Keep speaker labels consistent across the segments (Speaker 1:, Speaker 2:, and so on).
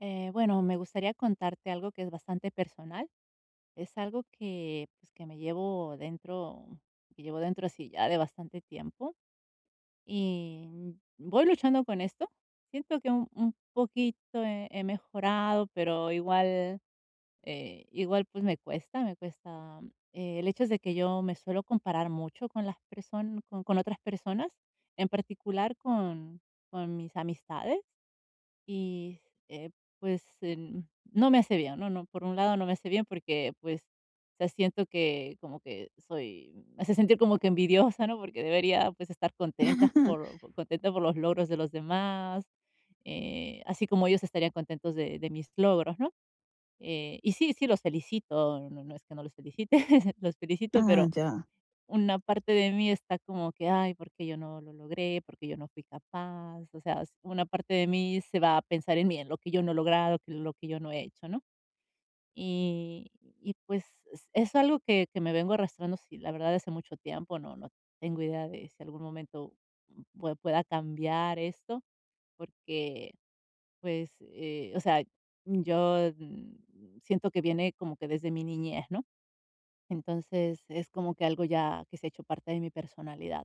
Speaker 1: Bueno, me gustaría contarte algo que es bastante personal. Es algo que, pues, que me llevo dentro, que llevo dentro así ya de bastante tiempo y voy luchando con esto. Siento que un poquito he mejorado, pero igual, igual pues me cuesta, me cuesta. El hecho es de que yo me suelo comparar mucho con las personas, con otras personas, en particular con mis amistades y, eh, pues, no me hace bien, no, no, por un lado no me hace bien porque, pues, o sea, siento que como que soy me hace sentir como que envidiosa, ¿no? Porque debería, pues, estar contenta contenta por los logros de los demás, así como ellos estarían contentos de mis logros, ¿no? Y sí, sí los felicito, no, no, no es que no los felicite, los felicito,
Speaker 2: Ah,
Speaker 1: pero
Speaker 2: ya.
Speaker 1: una parte de mí está como que, ay, porque yo no lo logré, porque yo no fui capaz, o sea, una parte de mí se va a pensar en mí, en lo que yo no he logrado, que lo que yo no he hecho, ¿no? Y pues es algo que me vengo arrastrando, sí, la verdad, hace mucho tiempo, no, no tengo idea de si algún momento pueda cambiar esto, porque, pues, o sea, yo siento que viene como que desde mi niñez, ¿no? Entonces, es como que algo ya que se ha hecho parte de mi personalidad.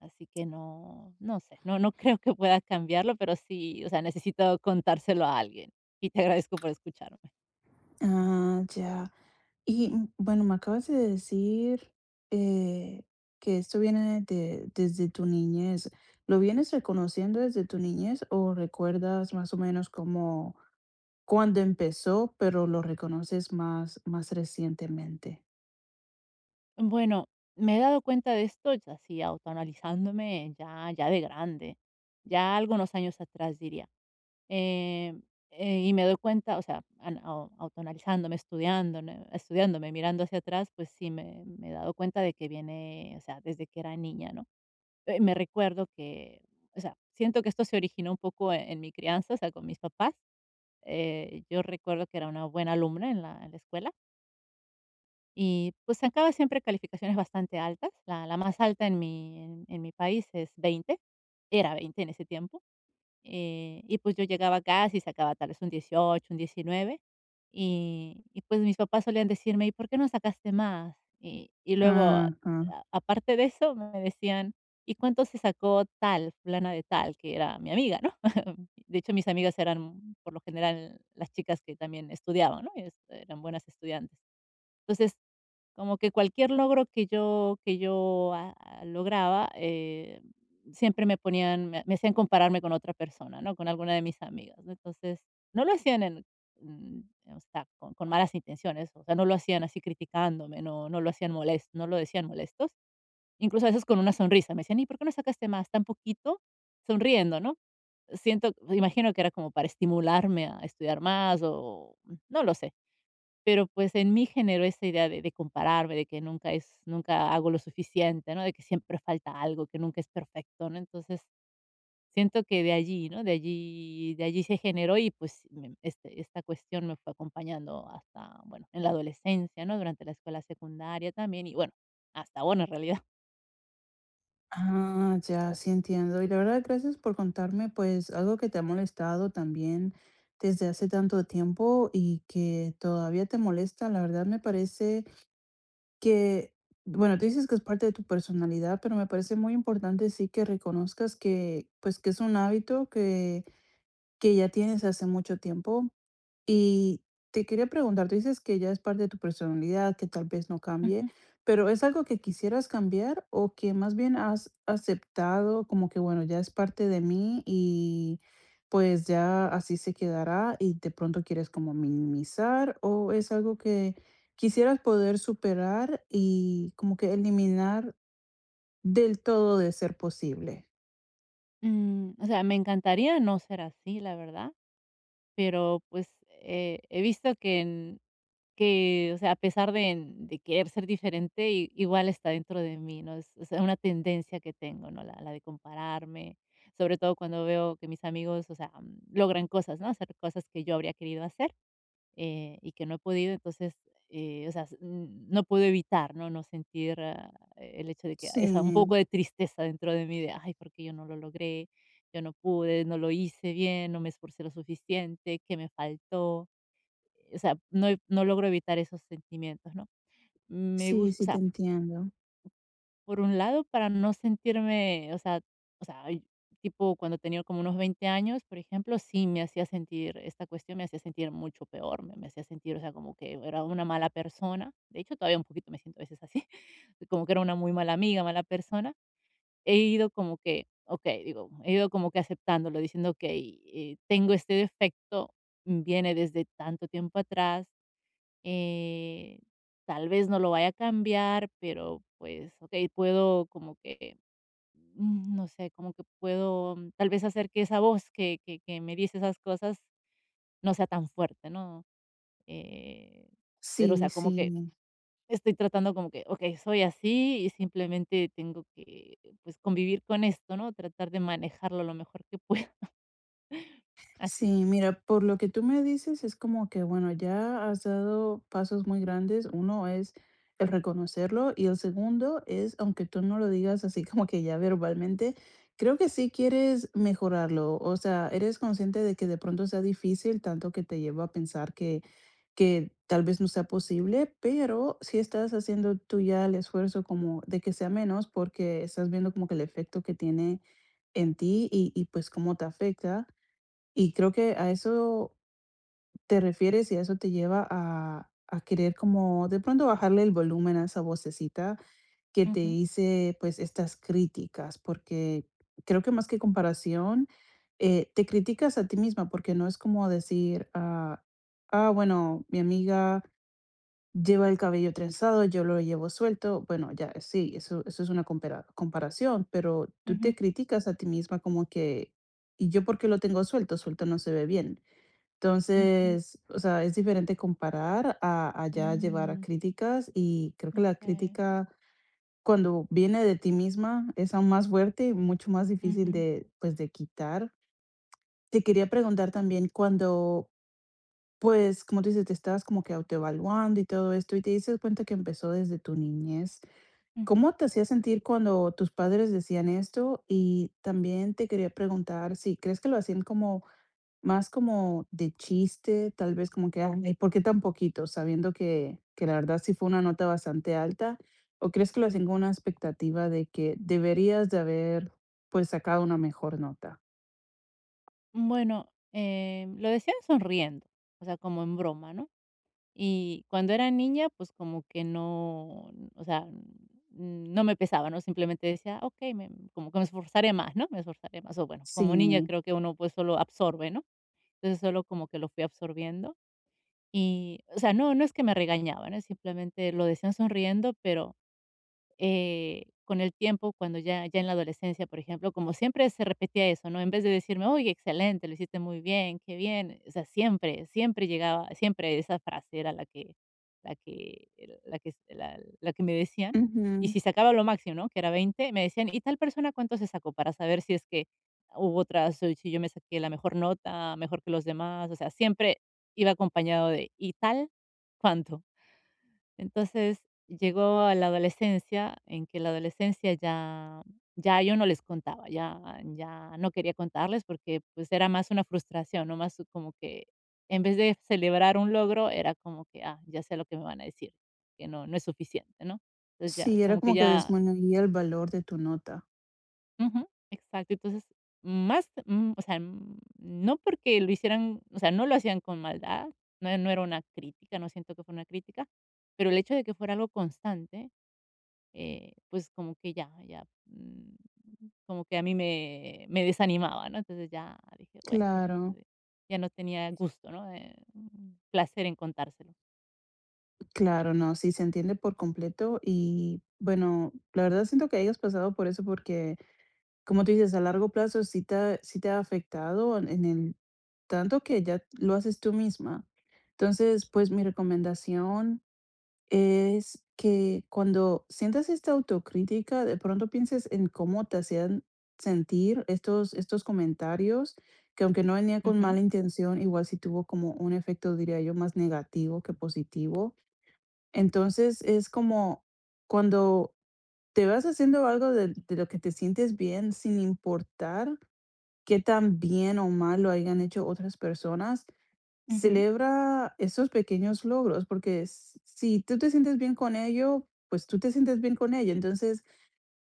Speaker 1: Así que no, no sé, no, no creo que pueda cambiarlo, pero sí, o sea, necesito contárselo a alguien. Y te agradezco por escucharme.
Speaker 2: Ah, ya. Y bueno, me acabas de decir eh, que esto viene de, desde tu niñez. ¿Lo vienes reconociendo desde tu niñez o recuerdas más o menos como cuando empezó, pero lo reconoces más, más recientemente?
Speaker 1: Bueno, me he dado cuenta de esto, ya así autoanalizándome, ya, ya de grande, ya algunos años atrás diría. Eh, y me doy cuenta, o sea, autoanalizándome, estudiándome, estudiándome, mirando hacia atrás, pues sí me he dado cuenta de que viene, o sea, desde que era niña, ¿no? Me recuerdo que, o sea, siento que esto se originó un poco en mi crianza, o sea, con mis papás. Yo recuerdo que era una buena alumna en la escuela y, pues, sacaba siempre calificaciones bastante altas. La más alta en mi país es 20, era 20 en ese tiempo. Y pues yo llegaba a casa y sacaba tal vez un 18 un 19 y pues mis papás solían decirme: "¿Y por qué no sacaste más?". Y luego, a
Speaker 2: Ajá.
Speaker 1: aparte de eso, me decían: "¿Y cuánto se sacó tal, fulana de tal?", que era mi amiga, ¿no? De hecho, mis amigas eran, por lo general, las chicas que también estudiaban, ¿no? Y Es eran buenas estudiantes. Entonces, como que cualquier logro que yo, lograba, siempre me ponían me me hacían compararme con otra persona, ¿no? Con alguna de mis amigas, ¿no? Entonces, no lo hacían mm, o sea, con malas intenciones, o sea, no lo hacían así criticándome, no lo hacían molestos, no lo decían molestos. Incluso a veces con una sonrisa, me decían: "¿Y por qué no sacaste más? Tan poquito", sonriendo, ¿no? Siento imagino que era como para estimularme a estudiar más o no lo sé. Pero, pues, en mí generó esa idea de compararme, de que nunca hago lo suficiente, ¿no? De que siempre falta algo, que nunca es perfecto, ¿no? Entonces, siento que de allí, ¿no? De allí se generó y, pues, sí, esta cuestión me fue acompañando hasta, bueno, en la adolescencia, ¿no? Durante la escuela secundaria también y, bueno, hasta ahora en realidad.
Speaker 2: Ah, ya, sí entiendo. Y la verdad, gracias por contarme, pues, algo que te ha molestado también desde hace tanto tiempo y que todavía te molesta. La verdad, me parece que, bueno, tú dices que es parte de tu personalidad, pero me parece muy importante sí que reconozcas que, pues, que es un hábito que ya tienes hace mucho tiempo. Y te quería preguntar, tú dices que ya es parte de tu personalidad, que tal vez no cambie,
Speaker 1: Ujú.
Speaker 2: pero ¿es algo que quisieras cambiar o que más bien has aceptado como que, bueno, ya es parte de mí y pues ya así se quedará y de pronto quieres como minimizar o es algo que quisieras poder superar y como que eliminar del todo de ser posible?
Speaker 1: O sea, me encantaría no ser así, la verdad, pero, pues, he visto que en Que, o sea, a pesar de querer ser diferente, i igual está dentro de mí, ¿no? Es, o una tendencia que tengo, ¿no? La de compararme, sobre todo cuando veo que mis amigos, o sea, logran cosas, ¿no? Hacer cosas que yo habría querido hacer, y que no he podido. Entonces, o sea, no puedo evitar, ¿no? No sentir, el hecho de que esa un
Speaker 2: Sí.
Speaker 1: poco de tristeza dentro de mí de: "Ay, ¿por qué yo no lo logré? Yo no pude, no lo hice bien, no me esforcé lo suficiente, ¿qué me faltó?". O sea, no logro evitar esos sentimientos, ¿no? Me
Speaker 2: Sí,
Speaker 1: gusta, o
Speaker 2: sí, te
Speaker 1: sea,
Speaker 2: entiendo.
Speaker 1: por un lado, para no sentirme, o sea, ay, tipo cuando tenía como unos 20 años, por ejemplo, sí, me hacía sentir esta cuestión me hacía sentir mucho peor, me hacía sentir, o sea, como que era una mala persona. De hecho, todavía un poquito me siento a veces así, como que era una muy mala amiga, mala persona. He ido como que, okey, digo, he ido como que aceptándolo, diciendo: "Okey, tengo este defecto, viene desde tanto tiempo atrás". Eh, tal vez no lo vaya a cambiar, pero pues, ok, puedo como que, no sé, como que puedo, tal vez, hacer que esa voz que me dice esas cosas no sea tan fuerte, ¿no? Eh, pero, o
Speaker 2: Sí,
Speaker 1: sea, como que
Speaker 2: sí.
Speaker 1: estoy tratando como que, ok, soy así y simplemente tengo que, pues, convivir con esto, ¿no? Tratar de manejarlo lo mejor que pueda. Así.
Speaker 2: Sí, mira, por lo que tú me dices, es como que, bueno, ya has dado pasos muy grandes. Uno es el reconocerlo y el segundo es, aunque tú no lo digas así como que ya verbalmente, creo que sí quieres mejorarlo. O sea, eres consciente de que de pronto sea difícil, tanto que te lleva a pensar que tal vez no sea posible, pero si estás haciendo tú ya el esfuerzo como de que sea menos, porque estás viendo como que el efecto que tiene en ti y pues cómo te afecta. Y creo que a eso te refieres y a eso te lleva a querer como de pronto bajarle el volumen a esa vocecita que te
Speaker 1: Ujú,
Speaker 2: dice, pues, estas críticas, porque creo que más que comparación, te criticas a ti misma, porque no es como decir, ah, ah, bueno, mi amiga lleva el cabello trenzado, yo lo llevo suelto. Bueno, ya sí, eso es una compara- comparación, pero tú te
Speaker 1: ujú,
Speaker 2: criticas a ti misma como que, ¿y yo por qué lo tengo suelto? Suelto no se ve bien.
Speaker 1: ujú.
Speaker 2: Entonces, o sea, es diferente comparar a ya llevar a
Speaker 1: Mm,
Speaker 2: críticas y creo que la
Speaker 1: okey.
Speaker 2: crítica cuando viene de ti misma es aún más fuerte y mucho más difícil
Speaker 1: Ujú,
Speaker 2: de, pues, de quitar. Te quería preguntar también cuando pues, como tú dices, te estabas como que autoevaluando y todo esto, y te diste cuenta que empezó desde tu niñez.
Speaker 1: ujú.
Speaker 2: ¿Cómo te hacía sentir cuando tus padres decían esto? Y también te quería preguntar si crees que lo hacían como más como de chiste, tal vez como que, ay, ¿por qué tan poquito? Sabiendo que la verdad sí fue una nota bastante alta. ¿O crees que lo hacían con una expectativa de que deberías de haber pues sacado una mejor nota?
Speaker 1: Bueno, lo decían sonriendo, o sea, como en broma, ¿no? Y cuando era niña, pues como que no, o sea, no me pesaba, ¿no? Simplemente decía, ok, como que me esforzaré más, ¿no? Me esforzaré más. O bueno, como niña
Speaker 2: Sí.
Speaker 1: creo que uno pues solo absorbe, ¿no? Entonces solo como que lo fui absorbiendo. Y, o sea, no, no es que me regañaban, ¿no? Simplemente lo decían sonriendo, pero con el tiempo, cuando ya en la adolescencia, por ejemplo, como siempre se repetía eso, ¿no? En vez de decirme: "Oye, excelente, lo hiciste muy bien, qué bien", o sea, siempre, siempre llegaba, siempre esa frase era la que la que me decían. Y
Speaker 2: Ujú.
Speaker 1: si sacaba lo máximo, ¿no? Que era 20, me decían: "¿Y tal persona cuánto se sacó?", para saber si es que hubo otras, o si yo me saqué la mejor nota, mejor que los demás, o sea, siempre iba acompañado de: "¿Y tal cuánto?". Entonces, llegó a la adolescencia, en que la adolescencia ya yo no les contaba, ya no quería contarles porque, pues, era más una frustración, ¿no? Más como que en vez de celebrar un logro, era como que: "Ah, ya sé lo que me van a decir, que no es suficiente", ¿no? Entonces, ya
Speaker 2: Sí, era
Speaker 1: como que
Speaker 2: como que
Speaker 1: ya.
Speaker 2: disminuía el valor de tu nota.
Speaker 1: Ujú, exacto. Entonces, más, o sea, no porque lo hicieran, o sea, no lo hacían con maldad, no era una crítica, no siento que fue una crítica, pero el hecho de que fuera algo constante, pues como que ya, ya, como que a mí me desanimaba, ¿no? Entonces ya dije, bueno, ya,
Speaker 2: Claro,
Speaker 1: ya no tenía gusto, ¿no? Placer en contárselo.
Speaker 2: claro, no, sí, se entiende por completo y bueno, la verdad siento que hayas pasado por eso porque, como tú dices, a largo plazo sí te ha afectado en el tanto que ya lo haces tú misma. Entonces, pues mi recomendación es que cuando sientas esta autocrítica, de pronto pienses en cómo te hacían sentir estos, estos comentarios, que aunque no venía con
Speaker 1: Ujú,
Speaker 2: mala intención, igual sí tuvo como un efecto, diría yo, más negativo que positivo. Entonces, es como cuando te vas haciendo algo de lo que te sientes bien, sin importar qué tan bien o mal lo hayan hecho otras personas,
Speaker 1: ujú,
Speaker 2: celebra esos pequeños logros, porque s si tú te sientes bien con ello, pues tú te sientes bien con ello. Entonces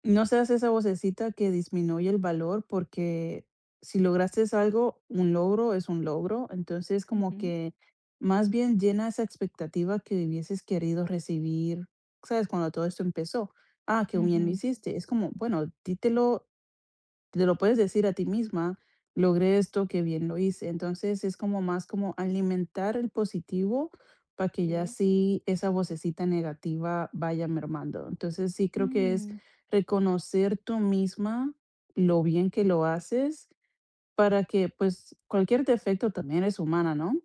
Speaker 2: no seas esa vocecita que disminuye el valor, porque si lograste algo, un logro es un logro. Entonces, como
Speaker 1: ujú,
Speaker 2: que más bien llena esa expectativa que hubieses querido recibir, ¿sabes? Cuando todo esto empezó. Ah, qué bien lo
Speaker 1: ujú.
Speaker 2: hiciste. Es como, bueno, dítelo te lo puedes decir a ti misma, logré esto, qué bien lo hice. Entonces, es como más como alimentar el positivo para que ya
Speaker 1: Sí.
Speaker 2: sí esa vocecita negativa vaya mermando. Entonces, sí creo que es
Speaker 1: Mm,
Speaker 2: reconocer tú misma lo bien que lo haces para que, pues, cualquier defecto también es humana, ¿no?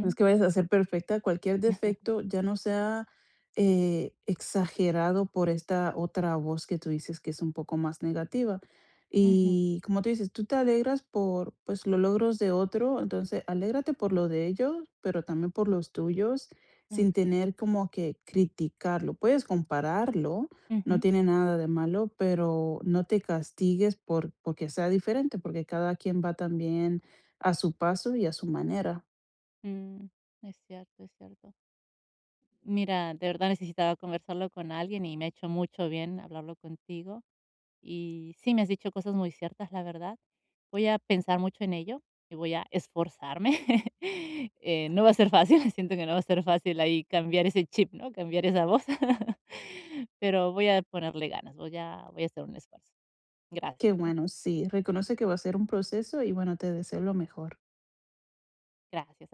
Speaker 2: No es que vayas a ser perfecta, cualquier defecto ya no sea, exagerado por esta otra voz que tú dices que es un poco más negativa.
Speaker 1: ujú.
Speaker 2: Y como tú dices, tú te alegras por, pues, los logros de otro, entonces alégrate por lo de ellos, pero también por los tuyos, sin
Speaker 1: Ok.
Speaker 2: tener como que criticarlo. Puedes compararlo, no
Speaker 1: Ujú.
Speaker 2: tiene nada de malo, pero no te castigues por porque sea diferente, porque cada quien va también a su paso y a su manera.
Speaker 1: Mm, es cierto, es cierto. Mira, de verdad necesitaba conversarlo con alguien y me ha hecho mucho bien hablarlo contigo. Y sí, me has dicho cosas muy ciertas, la verdad. Voy a pensar mucho en ello y voy a esforzarme. No va a ser fácil, siento que no va a ser fácil ahí cambiar ese chip, ¿no? Cambiar esa voz. Pero voy a ponerle ganas, voy a hacer un esfuerzo.
Speaker 2: Qué
Speaker 1: Gracias, ¿eh?
Speaker 2: bueno, sí, reconoce que va a ser un proceso y bueno, te deseo lo mejor.
Speaker 1: Gracias.